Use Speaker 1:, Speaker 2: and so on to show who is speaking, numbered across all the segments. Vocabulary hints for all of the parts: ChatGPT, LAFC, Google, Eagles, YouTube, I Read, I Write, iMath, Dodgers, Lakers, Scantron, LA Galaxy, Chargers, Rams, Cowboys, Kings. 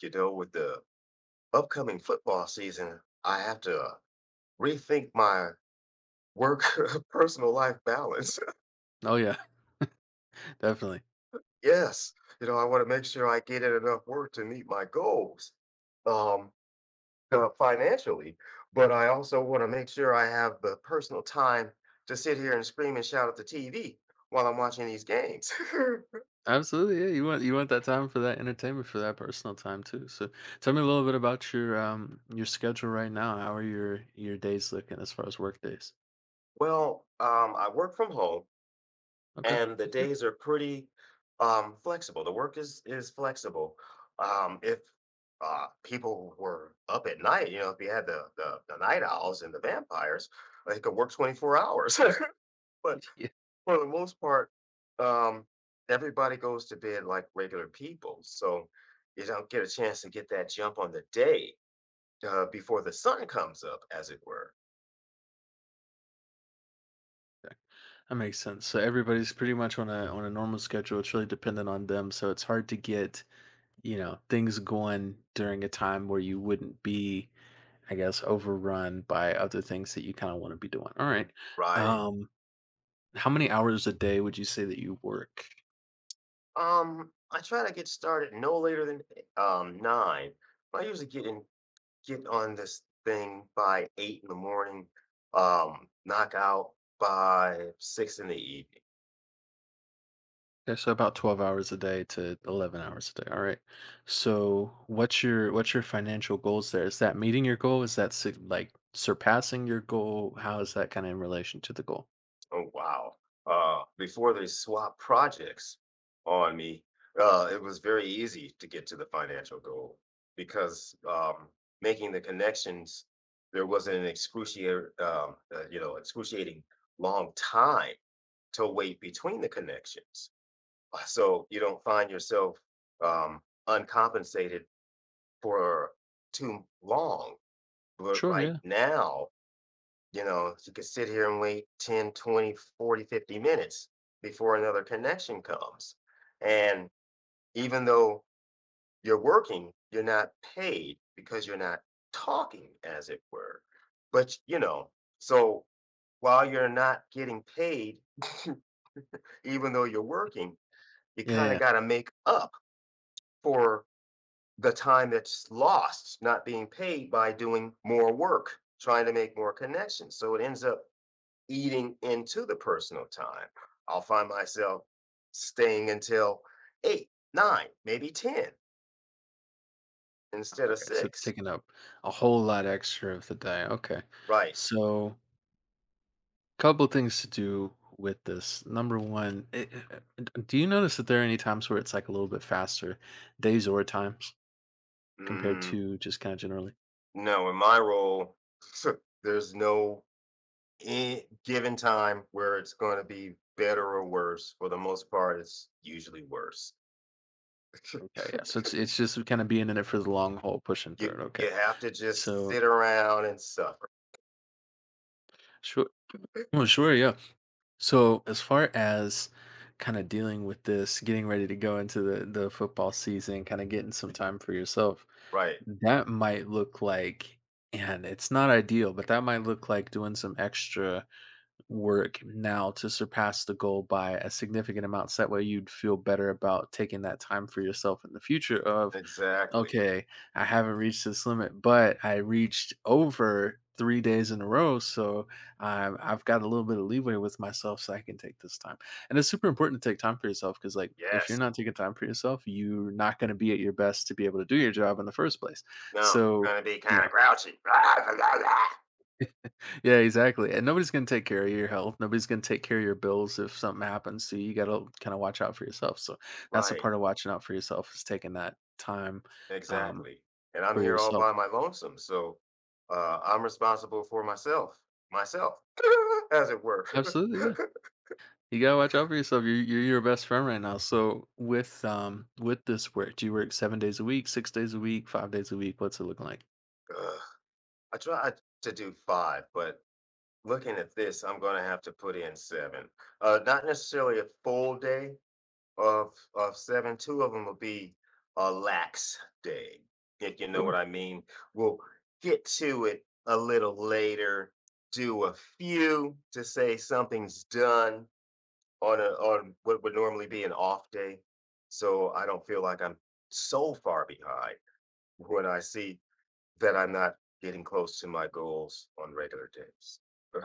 Speaker 1: With the upcoming football season, I have to rethink my work personal life balance.
Speaker 2: Oh yeah, definitely.
Speaker 1: Yes, you know, I want to make sure I get in enough work to meet my goals um, financially, but I also want to make sure I have the personal time to sit here and scream and shout at the TV while I'm watching these games.
Speaker 2: Absolutely, yeah. You want that time for that entertainment, for that personal time too. So, tell me a little bit about your schedule right now. How are your days looking as far as work days?
Speaker 1: Well, I work from home.
Speaker 2: Okay,
Speaker 1: And the
Speaker 2: that's good.
Speaker 1: days are pretty flexible. The work is flexible. If people were up at night, you know, if you had the night owls and the vampires, they could work 24 hours. But
Speaker 2: Yeah,
Speaker 1: for the most part, um, everybody goes to bed like regular people, so you don't get a chance to get that jump on the day before the sun comes up, as it were.
Speaker 2: that makes sense. So everybody's pretty much on a normal schedule. It's really dependent on them. So it's hard to get you know things going during a time where you wouldn't be, I guess, overrun by other things that you kind of want to be doing. All right.
Speaker 1: Right.
Speaker 2: Um, how many hours a day would you say that you work?
Speaker 1: I try to get started no later than nine. I usually get on this thing by eight in the morning, knock out by six in the evening.
Speaker 2: Okay, so about 12 hours a day to 11 hours a day. All right. So what's your financial goals there? Is that meeting your goal? Is that like surpassing your goal? How is that kind of in relation to the goal?
Speaker 1: Oh wow. Before they swap projects on me, it was very easy to get to the financial goal because making the connections, there wasn't an excruciating long time to wait between the connections. So you don't find yourself uncompensated for too long. But
Speaker 2: Sure,
Speaker 1: right
Speaker 2: yeah.
Speaker 1: now, you know, you could sit here and wait 10, 20, 40, 50 minutes before another connection comes. And even though you're working, you're not paid because you're not talking, as it were. But, you know, so while you're not getting paid, even though you're working, you
Speaker 2: Yeah,
Speaker 1: kind of
Speaker 2: yeah.
Speaker 1: got to make up for the time that's lost not being paid by doing more work, trying to make more connections. So it ends up eating into the personal time. I'll find myself staying until eight, nine, maybe 10 instead of
Speaker 2: Okay, so it's
Speaker 1: six.
Speaker 2: taking up a whole lot extra of the day. Okay.
Speaker 1: Right.
Speaker 2: So couple things to do with this. Number one, do you notice that there are any times where it's like a little bit faster days or times compared
Speaker 1: Mm,
Speaker 2: to just kind of generally?
Speaker 1: no, in my role, there's no given time where it's going to be better or worse. For the most part, it's usually worse.
Speaker 2: Yeah, yeah. So it's just kind of being in it for the long haul, pushing through
Speaker 1: You,
Speaker 2: it. Okay.
Speaker 1: you have to just
Speaker 2: So
Speaker 1: sit around and suffer.
Speaker 2: sure. Well, sure, yeah. So as far as kind of dealing with this, getting ready to go into the football season, kind of getting some time for yourself,
Speaker 1: Right,
Speaker 2: that might look like, and it's not ideal, but that might look like doing some extra work now to surpass the goal by a significant amount. So that way you'd feel better about taking that time for yourself in the future of.
Speaker 1: exactly.
Speaker 2: Okay, I haven't reached this limit, but I reached over 3 days in a row, so, I've got a little bit of leeway with myself so I can take this time, and it's super important to take time for yourself because, like, if you're
Speaker 1: Yes.
Speaker 2: not taking time for yourself, you're not gonna be at your best to be able to do your job in the first place,
Speaker 1: No, you're
Speaker 2: so,
Speaker 1: gonna be
Speaker 2: you
Speaker 1: kinda
Speaker 2: know.
Speaker 1: grouchy.
Speaker 2: Yeah, exactly, and nobody's gonna take care of your health, nobody's gonna take care of your bills if something happens, so you gotta kinda watch out for yourself, so that's a
Speaker 1: Right,
Speaker 2: part of watching out for yourself is taking that time, um,
Speaker 1: exactly, and I'm
Speaker 2: for
Speaker 1: here all
Speaker 2: yourself.
Speaker 1: by my lonesome, so, I'm responsible for myself, as it were.
Speaker 2: Absolutely,
Speaker 1: Ugh,
Speaker 2: yeah. You gotta watch out for yourself. You're your best friend right now. So with this work, do you work 7 days a week, 6 days a week, 5 days a week? What's it looking like?
Speaker 1: I tried to do 5, but looking at this, I'm gonna have to put in 7. Not necessarily a full day, of seven, two of them will be a lax day, if you know
Speaker 2: Sure.
Speaker 1: what I mean. We'll get to it a little later, do a few to say something's done on what would normally be an off day. So I don't feel like I'm so far behind when I see that I'm not getting close to my goals on regular days. Ugh.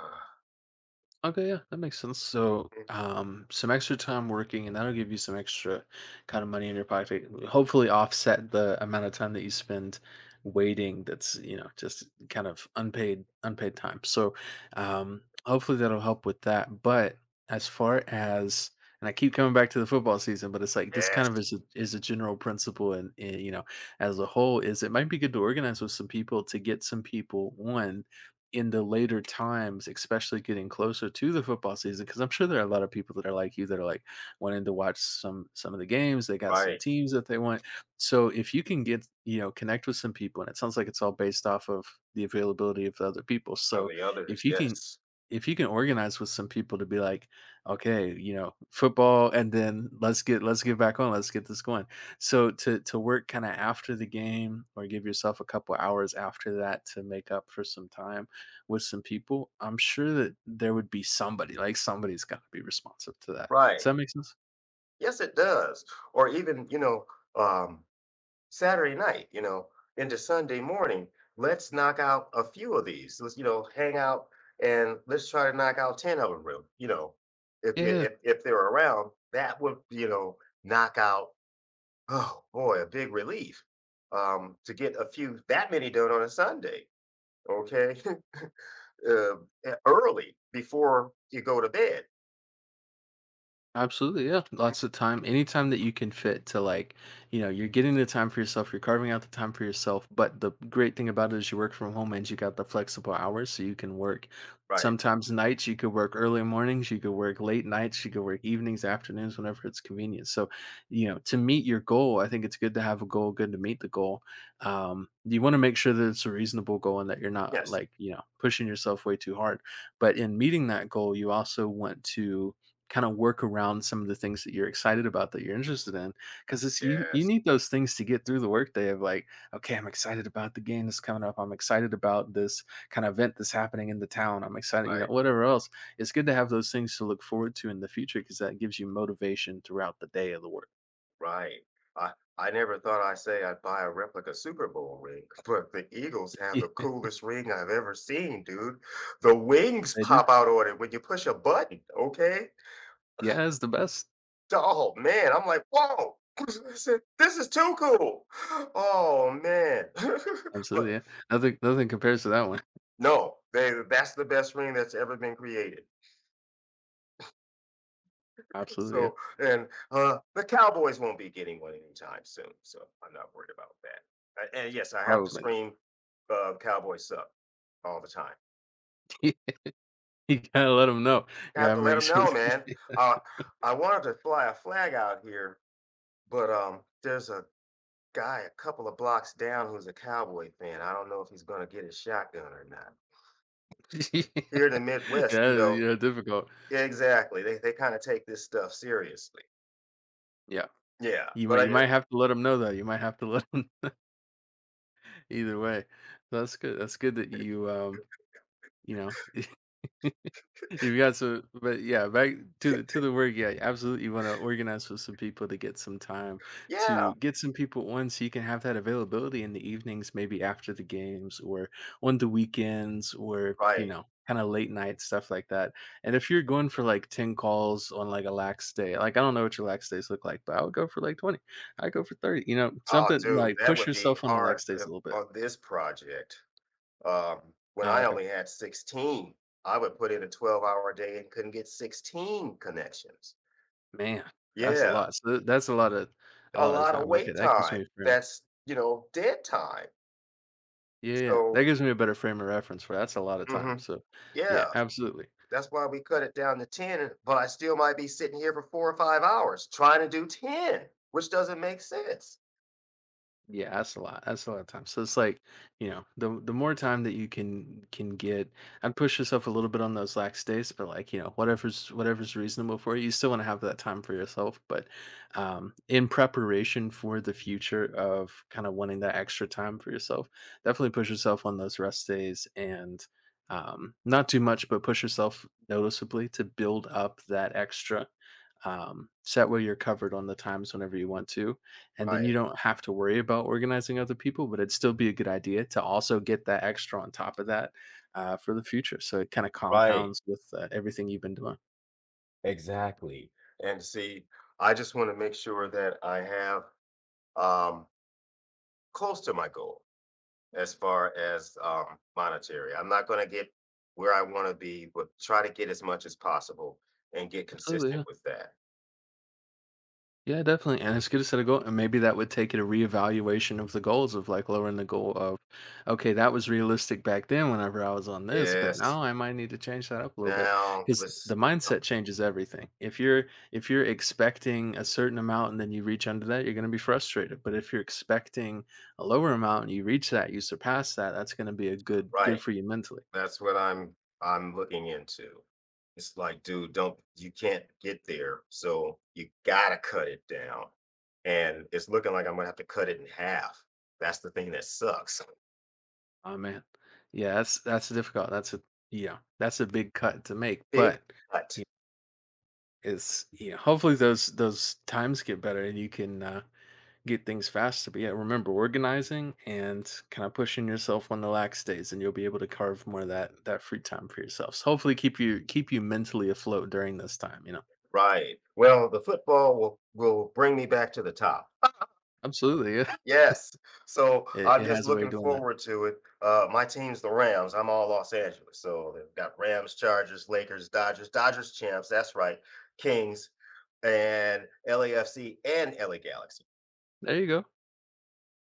Speaker 2: Okay, yeah, that makes sense. So, some extra time working, and that'll give you some extra kind of money in your pocket. Hopefully, offset the amount of time that you spend waiting. That's, you know, just kind of unpaid time. So, hopefully that'll help with that. But as far as, and I keep coming back to the football season, but it's like this kind of
Speaker 1: Yes,
Speaker 2: is a general principle, and, you know, as a whole, is it might be good to organize with some people to get some people one in the later times, especially getting closer to the football season, because I'm sure there are a lot of people that are like you that are like wanting to watch some of the games. They got some
Speaker 1: right.
Speaker 2: teams that they want. So if you can get, you know, connect with some people, and it sounds like it's all based off of the availability of the other people.
Speaker 1: Of
Speaker 2: So
Speaker 1: the
Speaker 2: if
Speaker 1: others,
Speaker 2: you can
Speaker 1: yes.
Speaker 2: if you can organize with some people to be like, okay, you know, football, and then let's get back on, let's get this going. So to work kind of after the game, or give yourself a couple hours after that to make up for some time with some people, I'm sure that there would be somebody, like, somebody's gotta be responsive to that. Does
Speaker 1: Right.
Speaker 2: that make sense?
Speaker 1: Yes, it does. Or even, you know, um, Saturday night, you know, into Sunday morning, let's knock out a few of these. Let's, you know, hang out and let's try to knock out 10 of them real, you know, if you
Speaker 2: Yeah.
Speaker 1: if they're around, that would, you know, knock out, oh boy, a big relief. To get a few that many done on a Sunday, okay? uh, Early before you go to bed.
Speaker 2: Absolutely, yeah. Lots of time. Anytime that you can fit to, like, you know, you're getting the time for yourself, you're carving out the time for yourself. But the great thing about it is you work from home and you got the flexible hours so you can work
Speaker 1: Right.
Speaker 2: sometimes nights, you could work early mornings, you could work late nights, you could work evenings, afternoons, whenever it's convenient. So, you know, to meet your goal, I think it's good to have a goal, good to meet the goal. You want to make sure that it's a reasonable goal and that you're not,
Speaker 1: Yes.
Speaker 2: like, you know, pushing yourself way too hard. But in meeting that goal, you also want to kind of work around some of the things that you're excited about, that you're interested in, because it's you
Speaker 1: Yes.
Speaker 2: need those things to get through the workday of, like, okay, I'm excited about the game that's coming up, I'm excited about this kind of event that's happening in the town, I'm excited, you know,
Speaker 1: Right.
Speaker 2: whatever else. It's good to have those things to look forward to in the future because that gives you motivation throughout the day of the work.
Speaker 1: Right. I I never thought I'd say I'd buy a replica Super Bowl ring, but the Eagles have the
Speaker 2: Yeah,
Speaker 1: coolest ring I've ever seen, dude. The wings
Speaker 2: they do.
Speaker 1: pop out on it when you push a button, okay?
Speaker 2: Yeah, it's the best.
Speaker 1: Oh man, I'm like, whoa, I said, this is too cool. Oh man. But
Speaker 2: Absolutely, yeah. Nothing nothing compares to that one.
Speaker 1: no, they that's the best ring that's ever been created.
Speaker 2: Absolutely, yeah.
Speaker 1: So, and the Cowboys won't be getting one anytime soon. So I'm not worried about that. And yes, I have to
Speaker 2: Probably not.
Speaker 1: scream, Cowboys suck all the time.
Speaker 2: You gotta let them know,
Speaker 1: I
Speaker 2: you
Speaker 1: have
Speaker 2: gotta
Speaker 1: to let
Speaker 2: make
Speaker 1: them
Speaker 2: sure
Speaker 1: know, man.
Speaker 2: that.
Speaker 1: Uh, I wanted to fly a flag out here, but there's a guy a couple of blocks down who's a Cowboy fan. I don't know if he's going to get his shotgun or not. Here in the Midwest,
Speaker 2: Yeah,
Speaker 1: you know,
Speaker 2: you know, difficult.
Speaker 1: exactly. They kind of take this stuff seriously.
Speaker 2: Yeah.
Speaker 1: Yeah.
Speaker 2: You might you might have to let them know that, you might have to let them. Either way. So that's good that you, you know, you've got some, but yeah, back to the work. Yeah, you absolutely want to organize with some people to get some time
Speaker 1: Yeah,
Speaker 2: to get some people on, so you can have that availability in the evenings, maybe after the games or on the weekends, or you
Speaker 1: right.
Speaker 2: know, kind of late night stuff like that. And if you're going for like ten calls on like a lax day, like I don't know what your lax days look like, but I would go for like 20. I go for 30. You know,
Speaker 1: Oh,
Speaker 2: something
Speaker 1: dude,
Speaker 2: like
Speaker 1: that
Speaker 2: push
Speaker 1: would be
Speaker 2: yourself on the
Speaker 1: hard
Speaker 2: lax days a
Speaker 1: if
Speaker 2: little bit.
Speaker 1: on this project. Um, when
Speaker 2: Ah,
Speaker 1: I
Speaker 2: okay,
Speaker 1: only had 16, I would put in a 12-hour day and couldn't get 16 connections.
Speaker 2: man, that's a
Speaker 1: Yeah,
Speaker 2: lot. So that's a
Speaker 1: a
Speaker 2: lot of
Speaker 1: lot of
Speaker 2: time. Okay,
Speaker 1: wait
Speaker 2: that gives
Speaker 1: time.
Speaker 2: me room.
Speaker 1: That's, you know, dead time.
Speaker 2: Yeah, yeah. That
Speaker 1: So,
Speaker 2: gives me a better frame of reference for, that's a lot of time,
Speaker 1: mhm,
Speaker 2: so, yeah,
Speaker 1: yeah,
Speaker 2: absolutely.
Speaker 1: that's why we cut it down to 10, but I still might be sitting here for 4 or 5 hours trying to do 10, which doesn't make sense.
Speaker 2: Yeah, that's a lot. That's a lot of time. So it's like, you know, the more time that you can get, I'd push yourself a little bit on those lax days, but, like, you know, whatever's reasonable for you, you still want to have that time for yourself. But in preparation for the future of kind of wanting that extra time for yourself, definitely push yourself on those rest days and, not too much, but push yourself noticeably to build up that extra. Set where you're covered on the times whenever you want to, and then you
Speaker 1: Right.
Speaker 2: don't have to worry about organizing other people, but it'd still be a good idea to also get that extra on top of that, for the future, so it kind of
Speaker 1: Right,
Speaker 2: compounds with everything you've been doing.
Speaker 1: exactly. And see, I just wanna make sure that I have um, close to my goal as far as monetary. I'm not going to get where I want to be, but try to get as much as possible and get
Speaker 2: Absolutely,
Speaker 1: consistent
Speaker 2: yeah.
Speaker 1: with that.
Speaker 2: Yeah, definitely. And it's good to set a goal. And maybe that would take it a reevaluation of the goals of, like, lowering the goal of, okay, that was realistic back then whenever I was on this, but
Speaker 1: Yes.
Speaker 2: now I might need to change that up a little bit,
Speaker 1: Now
Speaker 2: because
Speaker 1: let's
Speaker 2: the
Speaker 1: uh,
Speaker 2: mindset changes everything. If you're expecting a certain amount and then you reach under that, you're going to be frustrated. But if you're expecting a lower amount and you reach that, you surpass that, that's going to be a good
Speaker 1: right.
Speaker 2: for you mentally.
Speaker 1: That's what I'm looking into. It's like, dude, don't you can't get there, so you gotta cut it down. And it's looking like I'm gonna have to cut it in half. That's the thing that sucks.
Speaker 2: Oh man. Yeah, that's difficult. That's a, yeah, that's a big cut to make,
Speaker 1: Big
Speaker 2: but.
Speaker 1: cut.
Speaker 2: Is, you know, hopefully those times get better and you can, get things faster. But yeah, remember organizing and kind of pushing yourself on the lax days, and you'll be able to carve more of that free time for yourself. So hopefully keep you mentally afloat during this time. You know,
Speaker 1: Right. Well, the football will bring me back to the top.
Speaker 2: absolutely, yeah,
Speaker 1: Yes. So I'm
Speaker 2: it
Speaker 1: just
Speaker 2: has a way of
Speaker 1: looking
Speaker 2: doing that.
Speaker 1: forward to it. My team's the Rams. I'm all Los Angeles. So they've got Rams, Chargers, Lakers, Dodgers, Dodgers champs. That's right. Kings and LAFC and LA Galaxy.
Speaker 2: There you go.